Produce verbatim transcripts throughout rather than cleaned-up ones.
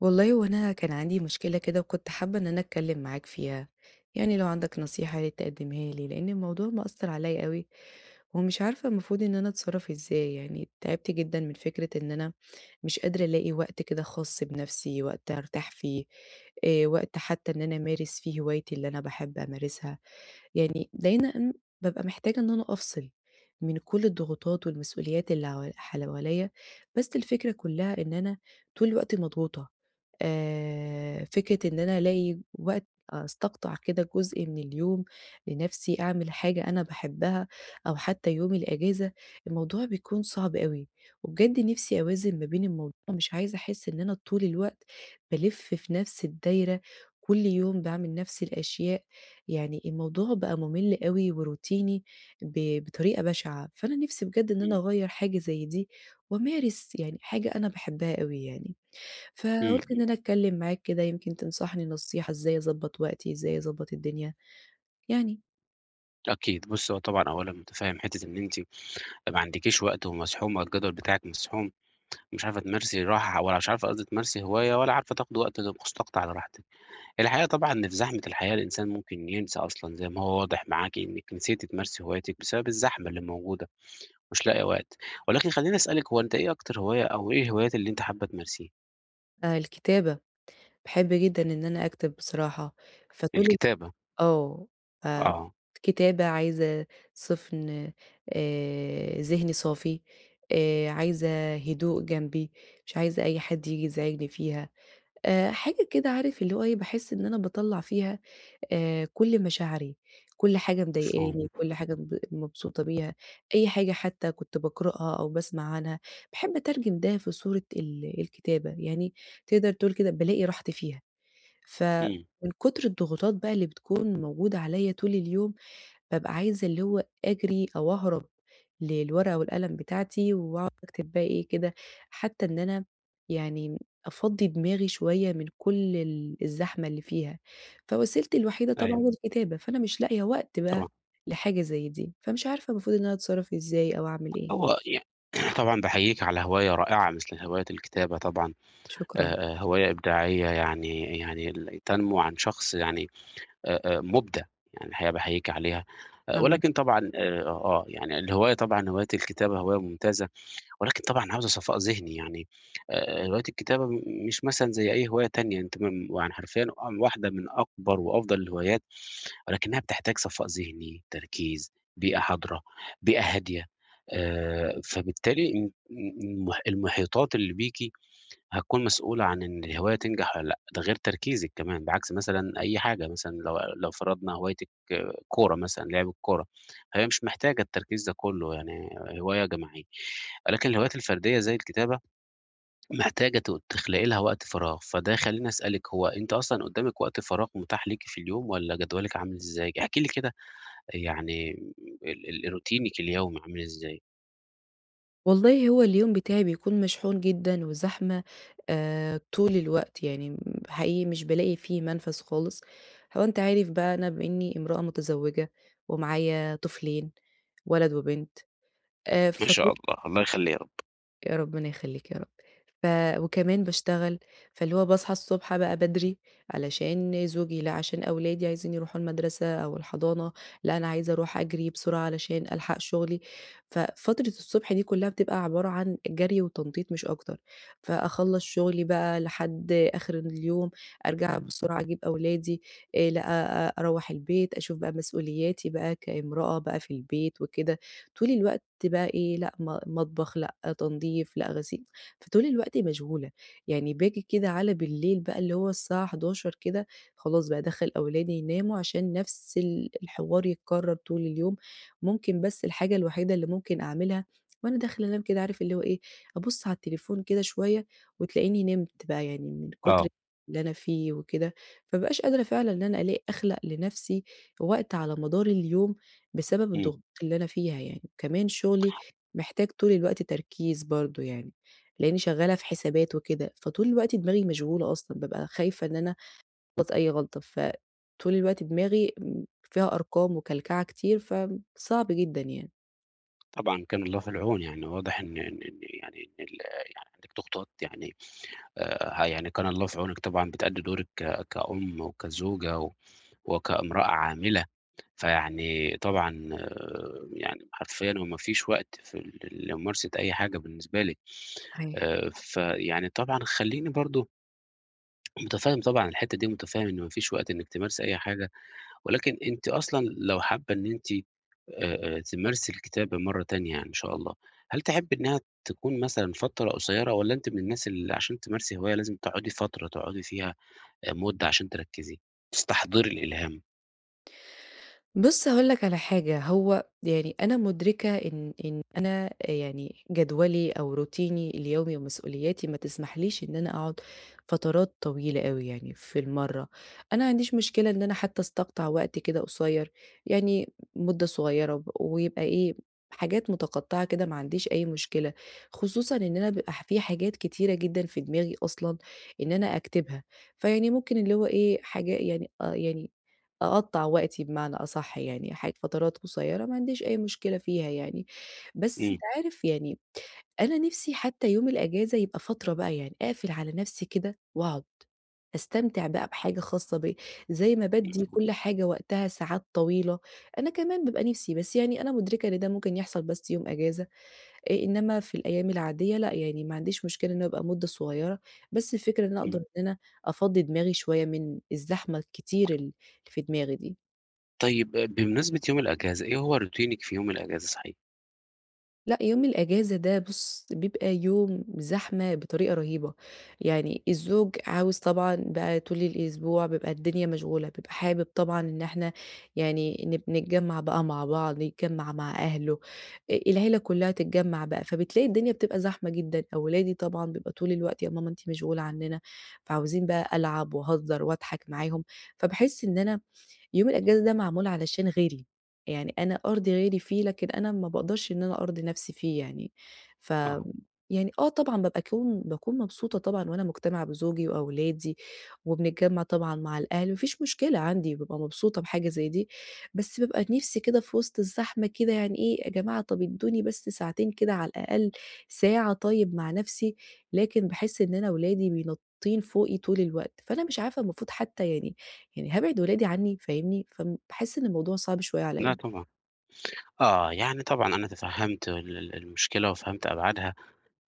والله هو أنا كان عندي مشكلة كده وكنت حابة إن أنا أتكلم معاك فيها، يعني لو عندك نصيحة يا ريت تقدمها لي، لأن الموضوع مأثر عليَّ أوي، ومش عارفة المفروض إن أنا أتصرف إزاي، يعني تعبت جدًا من فكرة إن أنا مش قادرة ألاقي وقت كده خاص بنفسي، وقت أرتاح فيه، آآ، وقت حتى إن أنا أمارس فيه هوايتي اللي أنا باحب أمارسها. يعني لقينا إن بابقى محتاجة إن أنا أفصل من كل الضغوطات والمسؤوليات اللي عو حواليّا، بس الفكرة كلّها إن أنا طول الوقت مضغوطة، آآ فكرة إن أنا ألاقي وقت أستقطع كده جزء من اليوم لنفسي، أعمل حاجة أنا باحبها أو حتى يوم الأجازة، الموضوع بيكون صعب أوي، وبجد نفسي أوازن ما بين الموضوع، مش عايزة أحس إن أنا طول الوقت بالِف في نفس الدايرة، كل يوم باعمل نفس الأشياء، يعني الموضوع بقى ممل أوي وروتيني ب بطريقة بشعة، فأنا نِفْسي بجد إن أنا إمم، أغيّر حاجة زي دي وأمارس يعني حاجة أنا باحبها أوي يعني. إمم، فقُلت إن إمم، أنا أتكلّم معاك كده يمكن تنصحني نصيحة إزاي أضبّط وقتي، إزاي أضبّط الدنيا. يعني أكيد. بُصّي، هو طبعًا أولًا متفهّم حتّة إن أنتِ ما عندكيش وقت ومزحومة، الجدول بتاعِك مزحوم، مش عارفة تمارسي راحة ولا مش عارفة قصدي تمارسي هواية ولا عارفة تاخدي وقت مستقطع لراحتِك. الحقيقة طبعًا إن في زحمة الحياة الإنسان ممكن ينسى أصلًا زي ما هو واضح معاكِ إنِّك نسيتِ تمارسي هوايتِك بسبب الزحمة اللي موجودة، مش لاقية وقت. ولكن خلّيني أسألِك هو أنتِ إيه أكتر هواية أو إيه الهوايات اللي أنتِ حابة تمارسيها؟ آآ الكتابة، باحب جدًا إن أنا أكتب بصراحة، فطول ال الكتابة، آه. آآ آه، كتابة عايزة سِفْن، آآ ذهني صافي، آآ عايزة هدوء جنبي، مش عايزة أي حد ييجي يزعجني فيها. آآ حاجة كده عارف اللي هو إيه، باحس إن أنا باطلّع فيها آآ كل مشاعري، كل حاجة مفهوم. مضايقاني، كل حاجة مب مبسوطة بيها، أي حاجة حتى كنت باقرأها أو باسمع عنها، باحب أترجم ده في صورة ال الكتابة، يعني تقدر تقول كده بالاقي راحتي فيها. إمم، فمن كتر الضغوطات بقى اللي بتكون موجودة عليَّ طول اليوم، بابقى عايزة اللي هو أجري أو أهرب للورقة والقلم بتاعتي وأقعد أكتب بقى إيه كده، حتى إن أنا يعني أفضّي دماغي شوية من كل ال الزحمة اللي فيها، فوسيلتي الوحيدة طبعًا أيوه الكتابة، فأنا مش لاقية وقت بقى طبعًا. لحاجة زي دي، فمش عارفة المفروض إن أنا أتصرّف إزاي أو أعمل إيه؟ هو يع طبعًا باحييكِ على هواية رائعة مثل هواية الكتابة طبعًا. شكرًا. آآ، آآ، هواية إبداعية يعني يعني ال تنمو عن شخص يعني آآ، آآ، مُبدع، يعني الحقيقة باحييك عليها، آآ، يالّا. ولكن طبعًا آآ، آه، يعني الهواية طبعًا هواية الكتابة هواية ممتازة، ولكن طبعًا عاوزة صفاء ذهني يعني، آآ، هواية الكتابة م مش مثلًا زي أي هواية تانية أنت م يعني حرفيًا واحدة من أكبر وأفضل الهوايات، ولكنها بتحتاج صفاء ذهني، تركيز، بيئة حاضرة، بيئة هادية، آآ، فبالتالي م م المح المحيطات اللي بيكِ هتكون مسؤولة عن إن الهواية تنجح والّا لأ، ده غير تركيزِك كمان، بعكس مثلًا أي حاجة مثلًا لو لو فرضنا هوايتِك كورة مثلًا، لعب الكورة، هي مش محتاجة التركيز ده كله يعني هواية جماعية، ولكن الهوايات الفردية زي الكتابة محتاجة ت تخلقي لها وقت فراغ، فده يخلّيني أسألِك هو أنتِ أصلًا قدامِك وقت فراغ متاح ليكِ في اليوم والّا جدولِك عامل إزاي؟ احكي لي كده، يعني ال ال روتينِك اليومي عامل إزاي؟ والله هو اليوم بتاعي بيكون مشحون جدًا وزحمة آآ طول الوقت، يعني م حقيقي مش بالاقي فيه منفَذ خالص، هو أنت عارف بقى أنا بإنّي امرأة متزوّجة ومعايا طفلين ولد وبنت، آآ ما فط شاء الله، الله يخلّيه يا رب. يا ربنا يخلّيك يا رب. ف وكمان باشتغل، فاللي هو باصحى الصبح بقى بدري علشان زوجي، لا عشان أولادي عايزين يروحوا المدرسة أو الحضانة، لا أنا عايزة أروح أجري بسرعة علشان ألحق شغلي. ففترة الصبح دي كلّها بتبقى عبارة عن جري وتنطيط مش أكتر، فأخلّص شغلي بقى لحد آخر اليوم، أرجع بسرعة أجيب أولادي، آآ، لأ، أ أ- أروّح البيت أشوف بقى مسؤولياتي بقى كامرأة بقى في البيت وكده. طول الوقت بقى إيه، لأ م مطبخ، لأ تنضيف، لأ غسيل، فطول الوقت مشغولة، يعني باجي كده على بالليل بقى اللي هو الساعة حداشر بالليل كده، خلاص بقى أدخّل أولادي يناموا عشان نفس ال الحوار يتكرر طول اليوم، ممكن بس الحاجة الوحيدة اللي ممكن أعملها وأنا داخلة أنام كده عارف اللي هو إيه، أبُص على التليفون كده شوية وتلاقيني نمت بقى يعني من كتر آه، اللي أنا فيه وكده، فما بابقاش قادرة فعلًا إن أنا ألاقي أخلق لنفسي وقت على مدار اليوم بسبب إمم. الضغوطات اللي أنا فيها يعني، وكمان شغلي محتاج طول الوقت تركيز برضه يعني، لإني شغّالة في حسابات وكده، فطول الوقت دماغي مشغولة أصلًا، بابقى خايفة إن أنا أغلط أي غلطة، فطول الوقت دماغي م فيها أرقام وكلكعة كتير، فصعب جدًا يعني. طبعًا كان الله في العون، يعني واضح إن إن إن يعني إن ال يعني عندِك ضغوطات يعني، آآ، يعني كان الله في عونِك طبعًا بتأدّي دورِك ك كأم وكزوجة و وكامرأة عاملة، فيعني طبعًا آه، يعني حرفيًا هو ما فيش وقت في ال لممارسة أي حاجة بالنسبة لِك، صحيح. آآ، فيعني طبعًا خلّيني برضه متفهّم طبعًا الحتّة دي ومتفهّم إن ما فيش وقت إنِّك تمارسي أي حاجة، ولكن أنتِ أصلًا لو حابة إن أنتِ آآ، آآ، تمارسي الكتابة مرة تانية يعني إن شاء الله، هل تحبي إنها تكون مثلًا فترة قصيرة والّا أنتِ من الناس اللي عشان تمارسي هواية لازم تقعدي فترة تقعدي فيها آآ، مدة عشان تركّزي، تستحضري الإلهام؟ بُص هاقول لك على حاجة، هو يعني أنا مُدركة إن إن أنا يعني جدولي أو روتيني اليومي ومسؤولياتي ما تسمحليش إن أنا أقعد فترات طويلة أوي يعني في المَرّة، أنا ما عنديش مشكلة إن أنا حتى أستقطع وقت كده قصيّر، يعني مدة صغيّرة وب ويبقى إيه، حاجات متقطعة كده ما عنديش أي مشكلة، خصوصًا إن أنا بيبقى في حاجات كتيرة جدًا في دماغي أصلًا إن أنا أكتبها، فيعني ممكن اللي هو إيه، حاجة يعني آه يعني أقطّع وقتي بمعنى أصح يعني، حاج فترات قصيّرة ما عنديش أي مشكلة فيها يعني، بس إمم، أنت عارف يعني أنا نِفْسي حتى يوم الأجازة يبقى فترة بقى يعني أقفل على نَفْسي كده وأقعد، أستمتع بقى بحاجة خاصة بيّا، زي ما بادّي إمم، كل حاجة وقتها ساعات طويلة، أنا كمان بابقى نِفْسي، بس يعني أنا مُدركة إن ده ممكن يحصل بس يوم أجازة. آآ إنما في الأيام العادية لأ، يعني ما عنديش مشكلة إنه يبقى مدة صغيرة، بس الفكرة إن أنا أقدر إمم. إن أنا أفضّي دماغي شوية من الزحمة الكتير ال في دماغي دي. طيب آه، بمناسبة يوم الأجازة، إيه هو روتينِك في يوم الأجازة صحيح؟ لأ، يوم الأجازة ده بُص، بيبقى يوم زحمة بطريقة رهيبة، يعني الزوج عاوز طبعًا بقى طول الأسبوع بيبقى الدنيا مشغولة، بيبقى حابب طبعًا إن إحنا يعني نب نتجمّع بقى مع بعض، يتجمّع مع أهله، آآ العيلة كلّها تتجمّع بقى، فبتلاقي الدنيا بتبقى زحمة جدًا، أولادي طبعًا بيبقى طول الوقت "يا ماما أنتِ مشغولة عننا." فعاوزين بقى ألعب وأهزر وأضحك معاهم، فباحس إن أنا يوم الأجازة ده معمول علشان غيري، يعني أنا أرضي غيري فيه، لكن أنا ما باقدرش إن أنا أرضي نفسي فيه يعني. ف آه، يعني آه طبعًا بابقى كون باكون مبسوطة طبعًا وأنا مجتمعة بزوجي وأولادي، وبنتجمّع طبعًا مع الأهل، ما فيش مشكلة عندي، بابقى مبسوطة بحاجة زي دي، بس بابقى نِفسي كده في وسط الزحمة كده يعني إيه، يا جماعة طَب ادّوني بس ساعتين كده على الأقل، ساعة طيب مع نفسي، لكن باحس إن أنا ولادي بينطّين فوقي طول الوقت، فأنا مش عارفة المفروض حتى يعني يعني هابعد ولادي عني فاهمني؟ فم باحس إن الموضوع صعب شوية لأ عليّا. طبعًا، آه، يعني طبعًا أنا تفهّمت ال ال المشكلة وفهمت أبعادها.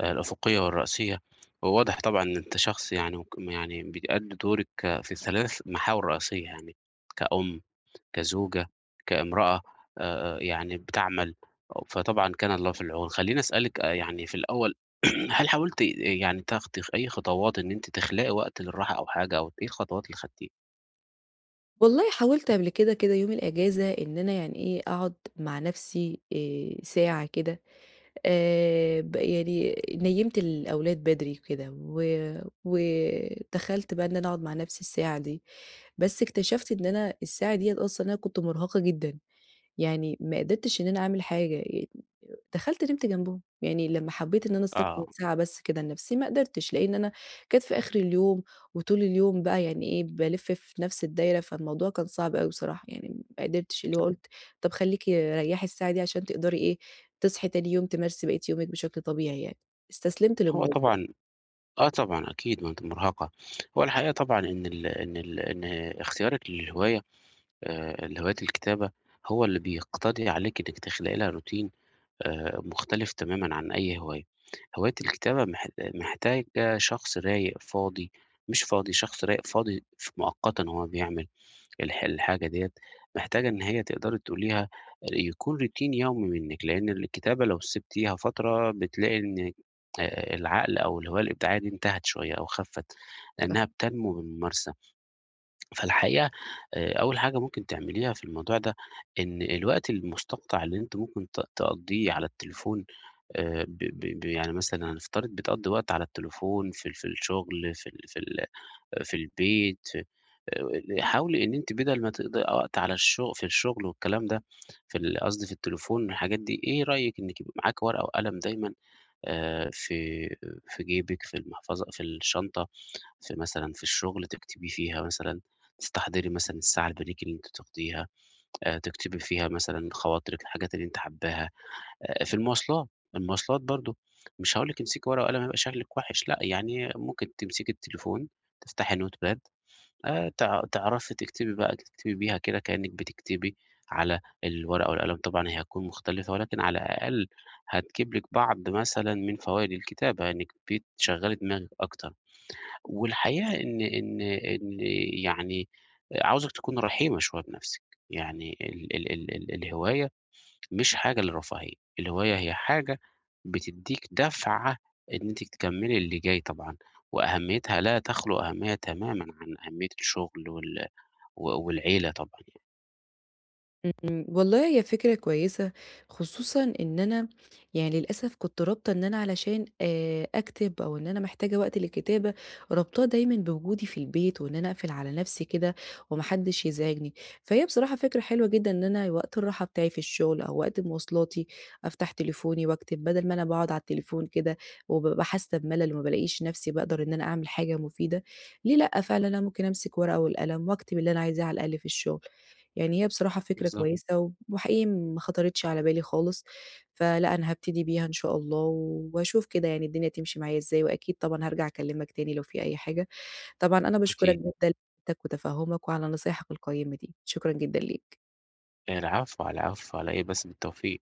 آآ الأفقية والرأسية، وواضح طبعًا إن أنت شخص يعني وك يعني بتأدي دورِك ك- في الثلاث محاور رئيسية، يعني كأم، كزوجة، كامرأة آآ يعني بتعمل، فطبعًا كان الله في العون. خلّيني أسألِك آآ يعني في الأول هل حاولتِ يعني تاخدي أي خطوات إن أنتِ تخلقي وقت للراحة أو حاجة أو إيه الخطوات اللي خدتيها؟ والله حاولت قبل كده كده يوم الإجازة إن أنا يعني إيه، أقعد مع نفسي آآ ساعة كده، آآ ب يعني نيّمت الأولاد بدري كده و ودخلت بقى إن أنا أقعد مع نفسي الساعة دي، بس اكتشفت إن أنا الساعة ديّة أصلًا أنا كنت مرهقة جدًا، يعني ما قدرتش إن أنا أعمل حاجة. دخلت نمت جنبهم، يعني لمّا حبيت إن أنا آه، أستقطب ساعة بس كده لنفسي ما قدرتش، لإن أنا كانت في آخر اليوم، وطول اليوم بقى يعني إيه بالِف في نفس الدايرة، فالموضوع كان صعب أوي بصراحة، يعني ما قدرتش اللي هو قُلت طب خليكِ ريّحي الساعة دي عشان تقدري إيه تصحي تاني يوم تمارسي بقية يومِك بشكل طبيعي يعني، استسلمت هو للموضوع. طبعًا آه طبعًا أكيد ما أنتِ مرهقة. هو الحقيقة طبعًا إن ال إن ال إن اختيارِك للهواية، آآ اللي هواية الكتابة، هو اللي بيقتضي عليكِ إنِّك تخلقي لها روتين آآ مختلف تمامًا عن أي هواية. هواية الكتابة مح محتاجة شخص رايق، فاضي، مش فاضي، شخص رايق فاضي ف مؤقتًا وهو بيعمل الح الحاجة ديّة، محتاجة إن هي تقدري تقوليها يكون روتين يومي منِّك، لإن الكتابة لو سِبتيها فترة بتلاقي إن آآ العقل أو الهواية الإبداعية دي انتهت شوية أو خَفّت، لإنها بتنمو بالممارسة. فالحقيقة آآ أول حاجة ممكن تعمليها في الموضوع ده، إن الوقت المستقطع اللي أنتِ ممكن ت تقضّيه على التليفون، آآ ب ب ب يعني مثلًا هنفترض بتقضّي وقت على التليفون في ال في الشغل، في ال في ال في البيت، في آآ حاولي إن أنتِ بدل ما تقضي وقت على الشغ في الشغل والكلام ده، في ال قصدي في التليفون والحاجات دي، إيه رأيِك إنِّك يبقى معاكِ ورقة وقلم دايمًا آآ في في جيبِك، في المحفظة في الشنطة، في مثلًا في الشغل تكتبي فيها مثلًا، تستحضري مثلًا الساعة البريك اللي أنتِ بتاخديها، آآ تكتبي فيها مثلًا خواطرِك، الحاجات اللي أنتِ حاباها، آآ في المواصلات، المواصلات برضه مش هاقول لِك امسكي ورقة وقلم هيبقى شكلِك وحِش، لأ يعني ممكن تمسكي التليفون، تفتحي note pad، آآ تع تعرفي تكتبي بقى تكتبي بيها كده كإنِّك بتكتبي على الورقة والقلم، طبعًا هي هتكون مختلفة ولكن على الأقل هتجيب لِك بعض مثلًا من فوايد الكتابة، إنِّك بتشغّلي دماغِك أكتر. والحقيقة إن إن إن يعني عاوزِك تكوني رحيمة شوية بنفسِك، يعني ال ال ال ال الهواية مش حاجة للرفاهية، الهواية هي حاجة بتدّيك دفعة إن أنتِ تكمّلي اللي جاي طبعًا، وأهميتها لا تخلو أهمية تمامًا عن أهمية الشغل وال و والعيلة طبعًا يعني. إمم، والله هي فكرة كويسة، خصوصًا إن أنا يعني للأسف كنت رابطة إن أنا علشان آآ أكتب أو إن أنا محتاجة وقت للكتابة، رابطاه دايمًا بوجودي في البيت وإن أنا أقفل على نفسي كده وما حدش يزعجني، فهي بصراحة فكرة حلوة جدًا إن أنا وقت الراحة بتاعي في الشغل أو وقت مواصلاتي أفتح تليفوني وأكتب، بدل ما أنا باقعد على التليفون كده وبابقى حاسة بملل وما بالاقيش نفسي باقدر إن أنا أعمل حاجة مفيدة، ليه لأ، فعلًا أنا ممكن أمسك ورقة والقلم وأكتب اللي أنا عايزاه على الأقل في الشغل. يعني هي بصراحة فكرة بالضبط، كويسة و وحقيقي ما خطرِتش على بالي خالص، فلأ أنا هابتدي بيها إن شاء الله واشوف كده يعني الدنيا تمشي معايا إزاي، وأكيد طبعًا هارجع أكلمك تاني لو في أي حاجة، طبعًا أنا باشكرك أكيد. جدًا لوقتك وتفهمك وعلى نصايحك القيّمة دي، شكرًا جدًا ليك. العفو، على العفو، على إيه بس، بالتوفيق.